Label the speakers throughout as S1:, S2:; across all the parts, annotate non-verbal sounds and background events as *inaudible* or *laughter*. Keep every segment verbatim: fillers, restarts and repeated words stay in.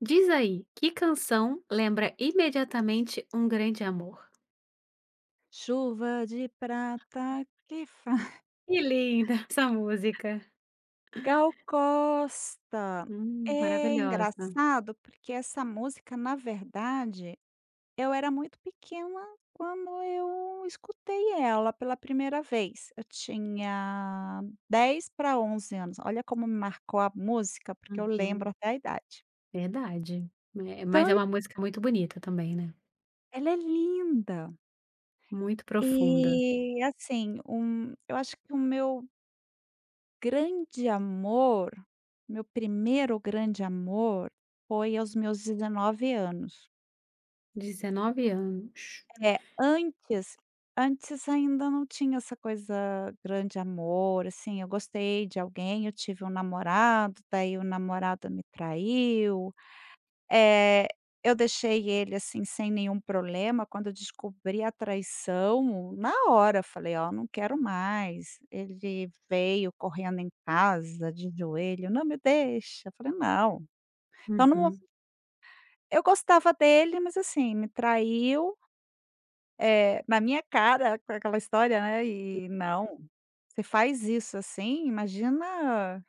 S1: Diz aí, que canção lembra imediatamente um grande amor?
S2: Chuva de prata que *laughs* faz
S1: Que linda *laughs* essa música.
S2: Gal Costa.
S1: Hum,
S2: É
S1: maravilhosa.
S2: engraçado, porque essa música, na verdade, eu era muito pequena quando eu escutei ela pela primeira vez. Eu tinha dez para onze anos. Olha como me marcou a música, porque eu
S1: Uhum,
S2: lembro até a idade.
S1: verdade. É, mas é
S2: Então,
S1: uma música muito bonita também, né.
S2: ela é linda.
S1: Muito profunda.
S2: E, assim, um eu acho que o meu grande amor, meu primeiro grande amor foi aos meus dezenove anos.
S1: dezenove anos.
S2: É, antes antes ainda não tinha essa coisa grande amor, assim, eu gostei de alguém, eu tive um namorado, daí o namorado me traiu. Eh, eu deixei ele, assim, sem nenhum problema, quando eu descobri a traição, na hora eu falei: "Ó, não quero mais". Ele veio correndo em casa de joelho: "Não me deixa". Eu falei: "Não". Então não
S1: Uhum.
S2: eu gostava dele, mas, assim, me traiu, eh, na minha cara, com aquela história, né, e não, você faz isso assim, imagina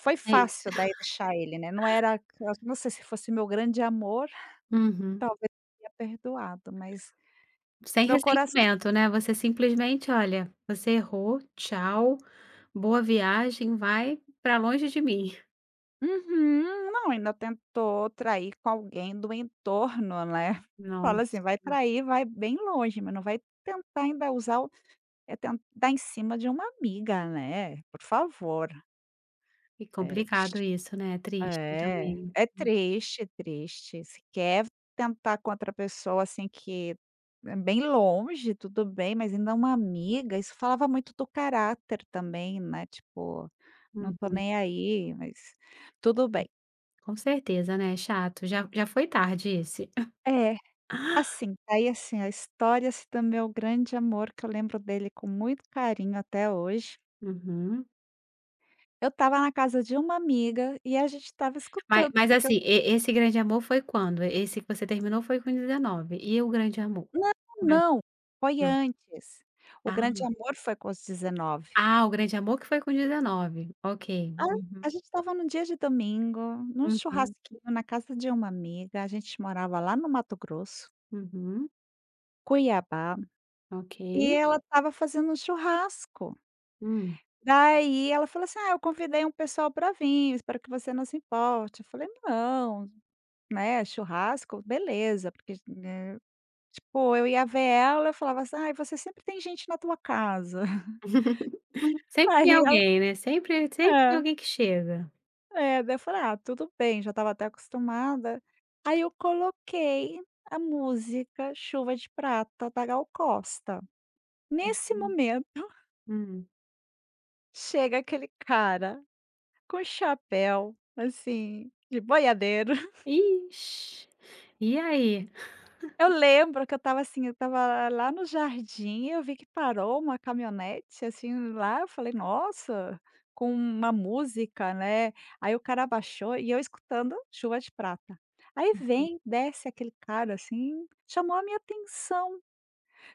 S2: foi
S1: Sei.
S2: fácil daí deixar ele, né, não era não sei se fosse meu grande amor.
S1: Uhum.
S2: Talvez teria perdoado, mas
S1: Sem
S2: meu coração
S1: ressentimento, né, você simplesmente, olha, você errou, tchau, boa viagem, vai pra longe de mim.
S2: uhum. Não, ainda tentou trair com alguém do entorno, né. *laughs* Fala assim,
S1: Nossa,
S2: vai trair, vai bem longe, mas não vai tentar ainda usar o é tentar dar em cima de uma amiga, né, por favor.
S1: que
S2: É.
S1: complicado isso, né, é triste
S2: É,
S1: também.
S2: é triste, é triste. Se quer tentar com outra pessoa, assim, que é bem longe, tudo bem, mas ainda uma amiga, isso falava muito do caráter também, né, tipo: "Não tô
S1: Uhum.
S2: nem aí", mas tudo
S1: Hum,
S2: bem.
S1: com certeza, né, chato, já já foi tarde esse.
S2: É, assim, tá. Aí assim, a história, assim, do meu grande amor, que eu lembro dele com muito carinho até hoje.
S1: Uhum.
S2: Eu estava na casa de uma amiga e a gente estava
S1: Mas
S2: escutando.
S1: mas assim, e esse grande amor foi quando? Esse que você terminou foi com dezenove, e o grande amor?
S2: Não,
S1: Mas
S2: não, foi
S1: não.
S2: antes. O grande
S1: Ah,
S2: amor foi com os dezenove.
S1: ah, o grande amor que foi com dezenove, ok.
S2: Ah,
S1: Uhum,
S2: a gente estava num dia de domingo, num
S1: uhum,
S2: churrasquinho na casa de uma amiga, a gente morava lá no Mato Grosso,
S1: uhum,
S2: Cuiabá,
S1: ok.
S2: e ela estava fazendo um churrasco.
S1: Hum.
S2: Daí ela falou assim: "Ah, eu convidei um pessoal para vir, espero que você não se importe". Eu falei: "Não", né, churrasco, beleza, porque, né, tipo, eu ia ver ela, eu falava assim: "Ai, você sempre tem gente na tua casa". *laughs*
S1: Sempre tem
S2: Aí ela
S1: alguém, né, sempre sempre tem
S2: é.
S1: alguém que chega.
S2: É, daí eu falei: "Ah, tudo bem", já estava até acostumada. Aí eu coloquei a música Chuva de Prata, da Gal Costa. Nesse
S1: Hum,
S2: momento, *laughs*
S1: hum.
S2: chega aquele cara com chapéu, assim, de boiadeiro.
S1: Ixi, e aí?
S2: Eu lembro que eu estava, assim, eu estava lá no jardim, eu vi que parou uma caminhonete, assim, lá, eu falei: "Nossa", com uma música, né, aí o cara baixou e eu escutando Chuva de Prata. Aí vem, desce aquele cara, assim, chamou a minha atenção,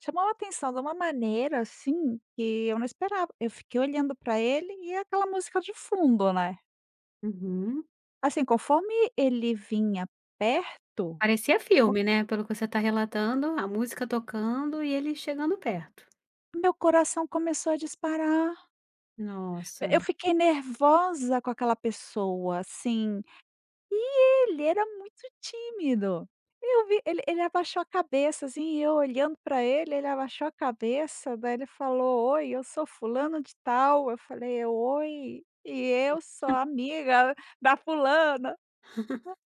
S2: chamou a atenção de uma maneira, assim, que eu não esperava. Eu fiquei olhando para ele e aquela música de fundo, né.
S1: Uhum.
S2: Assim, conforme ele vinha perto,
S1: Parecia filme, né, pelo que você tá relatando, a música tocando e ele chegando perto.
S2: meu coração começou a disparar.
S1: Nossa,
S2: Eu fiquei nervosa com aquela pessoa, assim, ele era muito tímido. Eu vi ele ele abaixou a cabeça, assim, e eu olhando para ele, ele abaixou a cabeça, daí ele falou: "Oi, eu sou fulano de tal". Eu falei: "Oi, e eu sou amiga da fulana".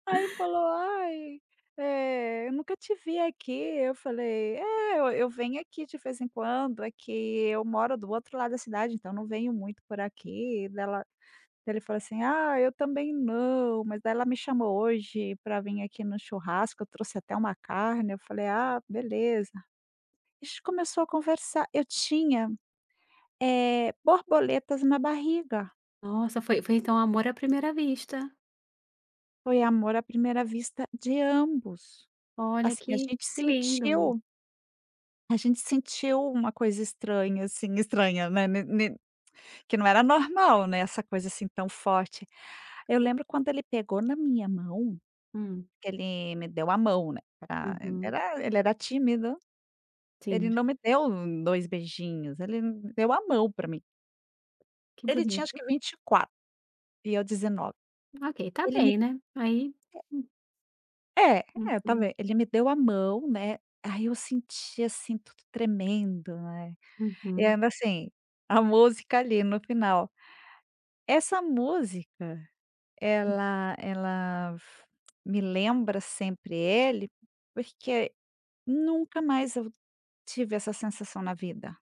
S2: Aí ele falou: "Ai, eh, eu nunca te vi aqui". Eu falei: "É, eu eu venho aqui de vez em quando, é que eu moro do outro lado da cidade, então não venho muito por aqui". Dela ele falou assim: "Ah, eu também não, mas daí ela me chamou hoje para vir aqui no churrasco, eu trouxe até uma carne", eu falei: "Ah, beleza". A gente começou a conversar, eu tinha, eh, borboletas na barriga,
S1: nossa, foi foi então amor à primeira vista.
S2: foi amor à primeira vista de ambos.
S1: Olha
S2: Assim, a
S1: que
S2: gente
S1: que lindo.
S2: sentiu a gente sentiu uma coisa estranha, assim, estranha, né, ne ne que não era normal, né, essa coisa, assim, tão forte. Eu lembro quando ele pegou na minha mão
S1: Hum,
S2: que ele me deu a mão, né, pra ele
S1: uhum,
S2: era ele era tímido, ele
S1: sim,
S2: não me deu dois beijinhos, ele me deu a mão pra mim.
S1: que
S2: Ele tinha acho
S1: bonito.
S2: que vinte e quatro e eu dezenove.
S1: Ok, tá
S2: Ele me
S1: bem, né, aí hum,
S2: é, é, tá
S1: uhum,
S2: ven ele me deu a mão, né, aí eu senti, assim, tudo tremendo, né, e
S1: uhum,
S2: ainda, assim, a música ali no final. Essa música,
S1: uhum.
S2: ela ela f- me lembra sempre ele, porque nunca mais eu tive essa sensação na vida.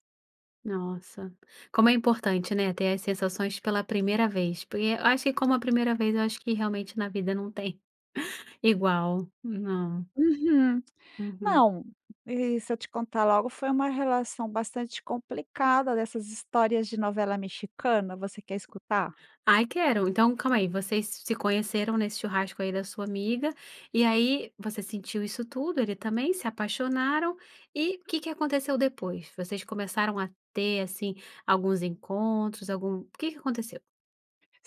S1: Nossa, como é importante, né, ter as sensações pela primeira vez, porque eu acho que como a primeira vez, eu acho que realmente na vida não tem *laughs* igual, não.
S2: Uhum.
S1: Uhum.
S2: Não, e se eu te contar logo, foi uma relação bastante complicada dessas histórias de novela mexicana, você quer escutar?
S1: Ai, quero. Então, calma aí, vocês se conheceram nesse churrasco aí da sua amiga, e aí você sentiu isso tudo, ele também, se apaixonaram, e o que que aconteceu depois? Vocês começaram a ter, assim, alguns encontros, algum... O que que aconteceu?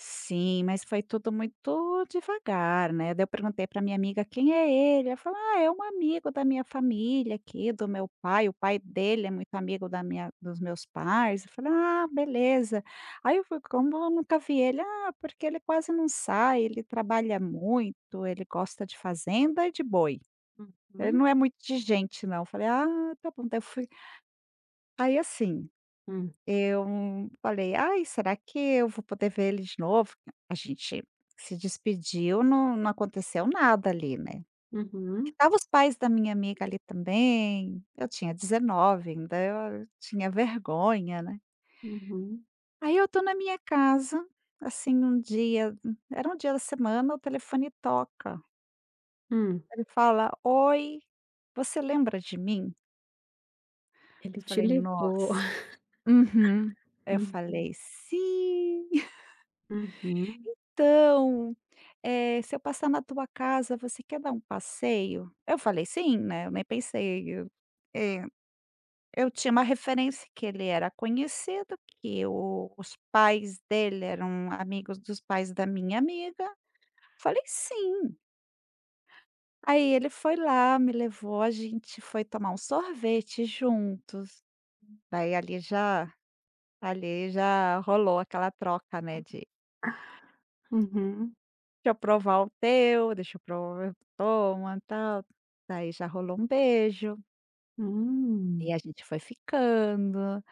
S2: Sim, mas foi tudo muito devagar, né, daí eu perguntei para minha amiga: "Quem é ele?" Ela falou: "Ah, é um amigo da minha família aqui, do meu pai, o pai dele é muito amigo da minha dos meus pais". Eu falei: "Ah, beleza". Aí eu fui: "Como eu nunca vi ele?" "Ah, porque ele quase não sai, ele trabalha muito, ele gosta de fazenda e de boi". Ele
S1: Uhum,
S2: não é muito de gente não. Falei: "Ah, tá bom". Daí eu fui Aí assim,
S1: hum,
S2: eu falei: "Ai, será que eu vou poder ver ele de novo?" A gente se despediu, não não aconteceu nada ali, né.
S1: uhum,
S2: Estavam os pais da minha amiga ali também, eu tinha dezenove, ainda, eu tinha vergonha, né.
S1: uhum,
S2: Aí eu tô na minha casa, assim, um dia era um dia da semana, o telefone toca.
S1: hum.
S2: Ele fala: "Oi, você lembra de mim?"
S1: Ele te
S2: Falei:
S1: ligou.
S2: "Nossa". Uhum. Aí eu
S1: *laughs*
S2: falei: "Sim, *laughs*
S1: Uhum, uhum,
S2: então, eh, se eu passar na tua casa, você quer dar um passeio?" Eu falei: "Sim", né, eu nem pensei, eu eh, eu tinha uma referência que ele era conhecido, que o os pais dele eram amigos dos pais da minha amiga. Falei: "Sim". Aí ele foi lá, me levou, a gente foi tomar um sorvete juntos. Daí ali já Ali já rolou aquela troca, né, de:
S1: uhum,
S2: "Deixa eu provar o teu, deixa eu provar, toma, tal". Daí já rolou um beijo, e
S1: hum.
S2: a gente foi ficando,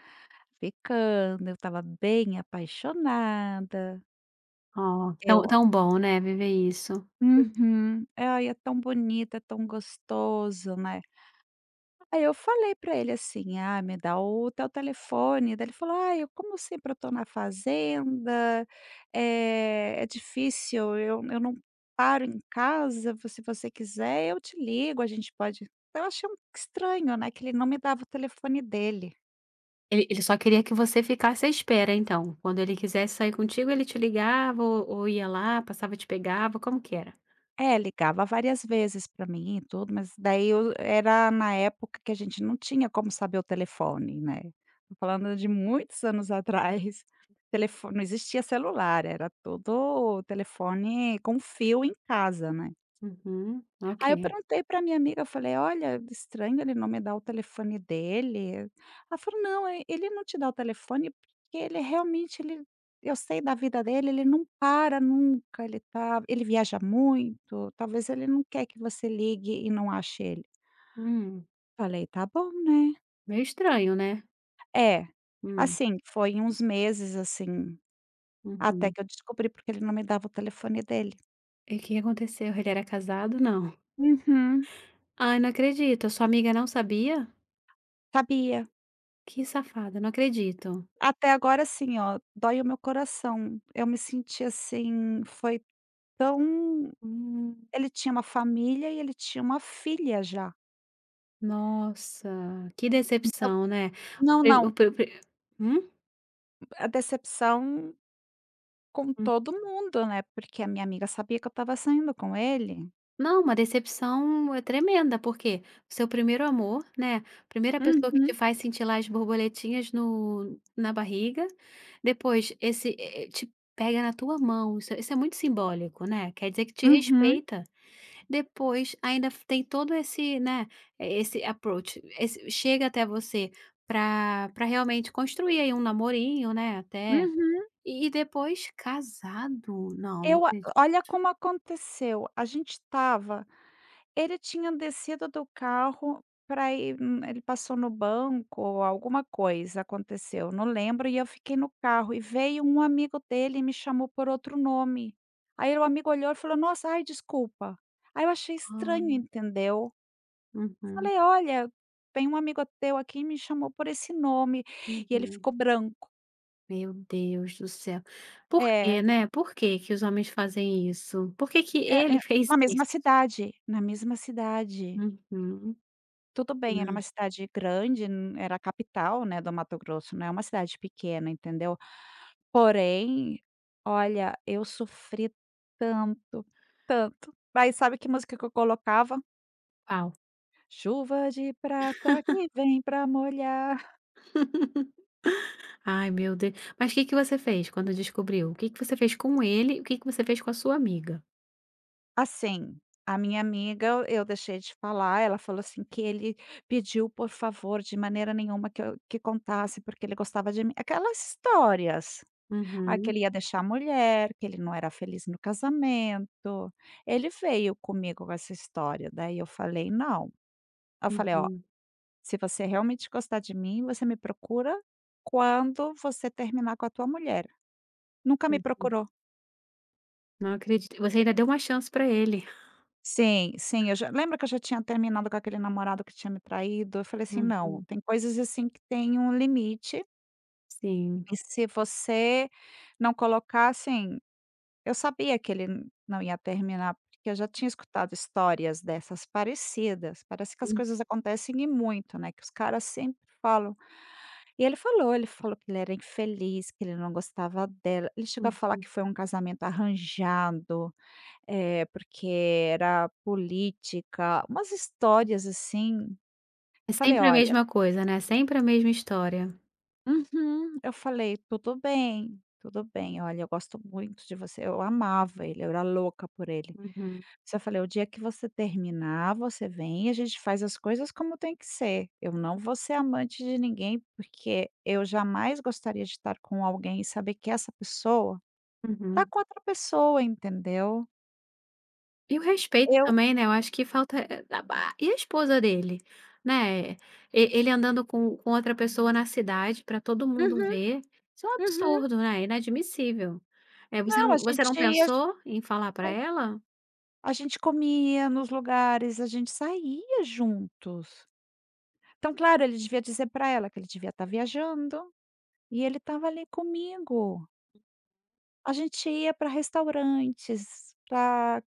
S2: ficando, eu estava bem apaixonada.
S1: Ó, tão,
S2: Eu
S1: tão bom, né, viver isso.
S2: Uhum. Ai, é tão bonito, é tão gostoso, né. Aí eu falei pra ele assim: "Ah, me dá o teu telefone". Daí ele falou: "Ah, eu como sempre eu tô na fazenda, eh, é difícil, eu eu não paro em casa, vo se você quiser eu te ligo, a gente pode". Eu achei um estranho, né, que ele não me dava o telefone dele.
S1: Ele ele só queria que você ficasse à espera então, quando ele quisesse sair contigo ele te ligava ou ou ia lá, passava, te pegava, como que era?
S2: É, ligava várias vezes para mim e tudo, mas daí eu era na época que a gente não tinha como saber o telefone, né. Tô falando de muitos anos atrás, *laughs* telefone não existia celular, era todo telefone com fio em casa, né.
S1: Uhum, ok.
S2: Aí eu perguntei pra minha amiga, eu falei: "Olha, estranho ele não me dar o telefone dele". Ela falou: "Não, e ele não te dá o telefone porque ele realmente ele eu sei da vida dele, ele não para nunca, ele tá ele viaja muito, talvez ele não quer que você ligue e não ache ele".
S1: Hum,
S2: Falei: "Tá bom, né".
S1: meio estranho, né?
S2: É,
S1: Hum,
S2: assim, foi uns meses, assim, até
S1: uhum.
S2: que eu descobri porque ele não me dava o telefone dele.
S1: E o que que aconteceu? Ele era casado? Não.
S2: Uhum,
S1: Ai, não acredito, a sua amiga não sabia?
S2: sabia.
S1: Que safada, não acredito.
S2: Até agora assim ó, dói o meu coração. Eu me senti assim, foi tão.
S1: Hum,
S2: Ele tinha uma família e ele tinha uma filha já.
S1: nossa, que
S2: Então
S1: decepção, né? O
S2: não,
S1: pri o
S2: não,
S1: pri o pri hum?
S2: a decepção com todo mundo, né, porque a minha amiga sabia que eu estava saindo com ele.
S1: Não, uma decepção é tremenda, porque o seu primeiro amor, né, primeira pessoa que te
S2: Uhum,
S1: faz sentir lá as borboletinhas no na barriga, depois esse eh eh, te pega na tua mão, isso é, isso é muito simbólico, né, quer dizer que te
S2: uhum,
S1: respeita. Depois ainda f tem todo esse, né, eh, esse approach, esse chega até você para para realmente construir aí um namorinho, né, até.
S2: uhum.
S1: E e depois casado? Não, não
S2: Eu a
S1: acredito.
S2: Olha como aconteceu, a gente estava ele tinha descido do carro para ir hum, ele passou no banco ou alguma coisa aconteceu, não lembro, e eu fiquei no carro e veio um amigo dele e me chamou por outro nome. Aí o amigo olhou e falou: "Nossa, ai desculpa". Aí eu achei estranho,
S1: Ah,
S2: entendeu.
S1: uhum,
S2: Falei: "Olha, tem um amigo teu aqui e me chamou por esse nome". E ele
S1: uhum.
S2: ficou branco.
S1: Meu Deus do céu. Por
S2: É,
S1: quê, né, por que que os homens fazem isso? Por que que
S2: é
S1: ele *laughs*
S2: é
S1: fez
S2: na mesma
S1: isso?
S2: cidade, na mesma cidade.
S1: Uhum.
S2: Tudo bem, era
S1: Hã,
S2: uma cidade grande, n era a capital, né, do Mato Grosso, não é uma cidade pequena, entendeu. Porém, olha, eu sofri tanto, tanto. Aí sabe que música que eu colocava?
S1: qual?
S2: Chuva de prata que vem pra molhar.
S1: *laughs* Ai, meu Deus. Mas o que que você fez quando descobriu? O que que você fez com ele e o que que você fez com a sua amiga?
S2: Assim, a minha amiga, eu deixei de falar, ela falou assim que ele pediu, por favor, de maneira nenhuma que eu que contasse, porque ele gostava de mim. Aquelas histórias. Ah, que
S1: Uhum,
S2: ele ia deixar a mulher, que ele não era feliz no casamento. Ele veio comigo com essa história, daí eu falei: "Não". Eu falei: "Ó,
S1: uhum,
S2: se você realmente gostar de mim, você me procura quando você terminar com a tua mulher". Nunca me
S1: uhum.
S2: procurou.
S1: Não acredito. Você ainda deu uma chance pra ele.
S2: Sim, sim, eu já lembra que eu já tinha terminado com aquele namorado que tinha me traído? Eu falei assim: "Não,
S1: Uhum,
S2: tem coisas assim que tem um limite,
S1: sim.
S2: e se você não colocar assim". Eu sabia que ele n não ia terminar, porque eu já tinha escutado histórias dessas parecidas, parece que as
S1: Hum,
S2: coisas acontecem e muito, né, que os caras sempre falam. E ele falou, ele falou que ele era infeliz, que ele não gostava dela, ele chegou a falar
S1: uhum.
S2: que foi um casamento arranjado, eh, porque era política, umas histórias assim.
S1: É
S2: Falei:
S1: sempre a
S2: "Olha".
S1: mesma coisa, né, sempre a mesma história.
S2: Uhum. Eu falei: "Tudo bem, tudo bem, olha, eu gosto muito de você", eu amava ele, eu era louca por ele.
S1: Uhum,
S2: Você Falei: "O dia que você terminar, você vem e a gente faz as coisas como tem que ser. Eu não vou ser amante de ninguém, porque eu jamais gostaria de estar com alguém e saber que essa pessoa tá
S1: uhum.
S2: com outra pessoa", entendeu.
S1: E o respeito
S2: Eu
S1: também, né, eu acho que falta, eh, da ba e a esposa dele, né, e ele andando com com outra pessoa na cidade para todo mundo
S2: Uhum,
S1: ver, isso é um
S2: uhum.
S1: absurdo, né, inadmissível. É, você
S2: Não,
S1: não
S2: a
S1: você
S2: gente
S1: não
S2: ia
S1: pensou em falar para ela?
S2: a gente comia nos lugares, a gente saía juntos. Então, claro, ele devia dizer para ela que ele devia estar viajando, e ele estava ali comigo. A gente ia para restaurantes, para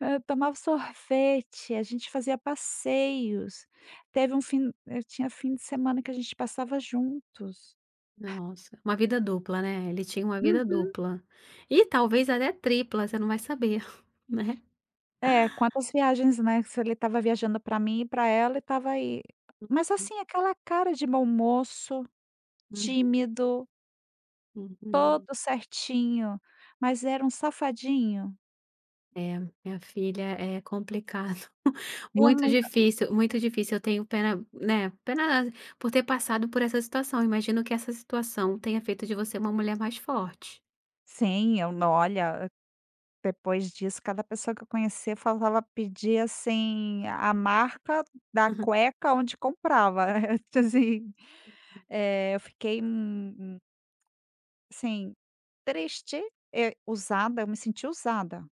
S2: Hã, tomava sorvete, a gente fazia passeios. Teve um fim Eu tinha fim de semana que a gente passava juntos.
S1: Nossa, uma vida dupla, né, ele tinha uma vida
S2: Uhum.
S1: dupla. E talvez até tripla, você não vai saber, *laughs* né.
S2: É, quantas viagens, né, se ele estava viajando para mim e para ela e estava aí, mas assim, aquela cara de mau moço,
S1: Uhum,
S2: tímido, todo
S1: uhum.
S2: certinho, mas era um safadinho.
S1: É, minha filha, é complicado, *laughs*
S2: Eu
S1: muito
S2: nunca
S1: difícil, muito difícil. Eu tenho pena, né, pena por ter passado por essa situação. Imagino que essa situação tenha feito de você uma mulher mais forte.
S2: Sim, eu não olha, depois disso, cada pessoa que eu conhecia falava, pedir, assim, a marca da
S1: *laughs*
S2: cueca onde comprava. *laughs* Assim, eh, eu fiquei, hum, assim, triste, eh, usada, eu me senti usada.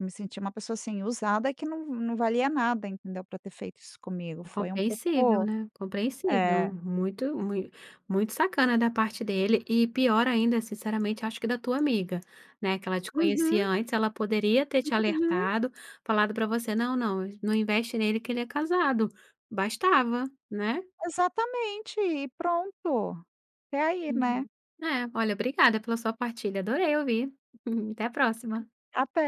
S2: Me senti uma pessoa, assim, usada que não não valia nada, entendeu, para ter feito isso comigo.
S1: É
S2: Foi um
S1: compreensível,
S2: pouco
S1: né, compreensível.
S2: é.
S1: Muito, muito, muito sacana da parte dele e pior ainda, sinceramente, acho que da tua amiga, né, que ela te
S2: Uhum,
S1: conhecia antes, ela poderia ter te
S2: uhum.
S1: alertado, falado pra você: "Não, não, não investe nele que ele é casado". Bastava, né?
S2: Exatamente, e pronto. É aí, né?
S1: Uhum. É, olha, obrigada pela sua partilha, adorei ouvir. *laughs* Até a próxima.
S2: Até.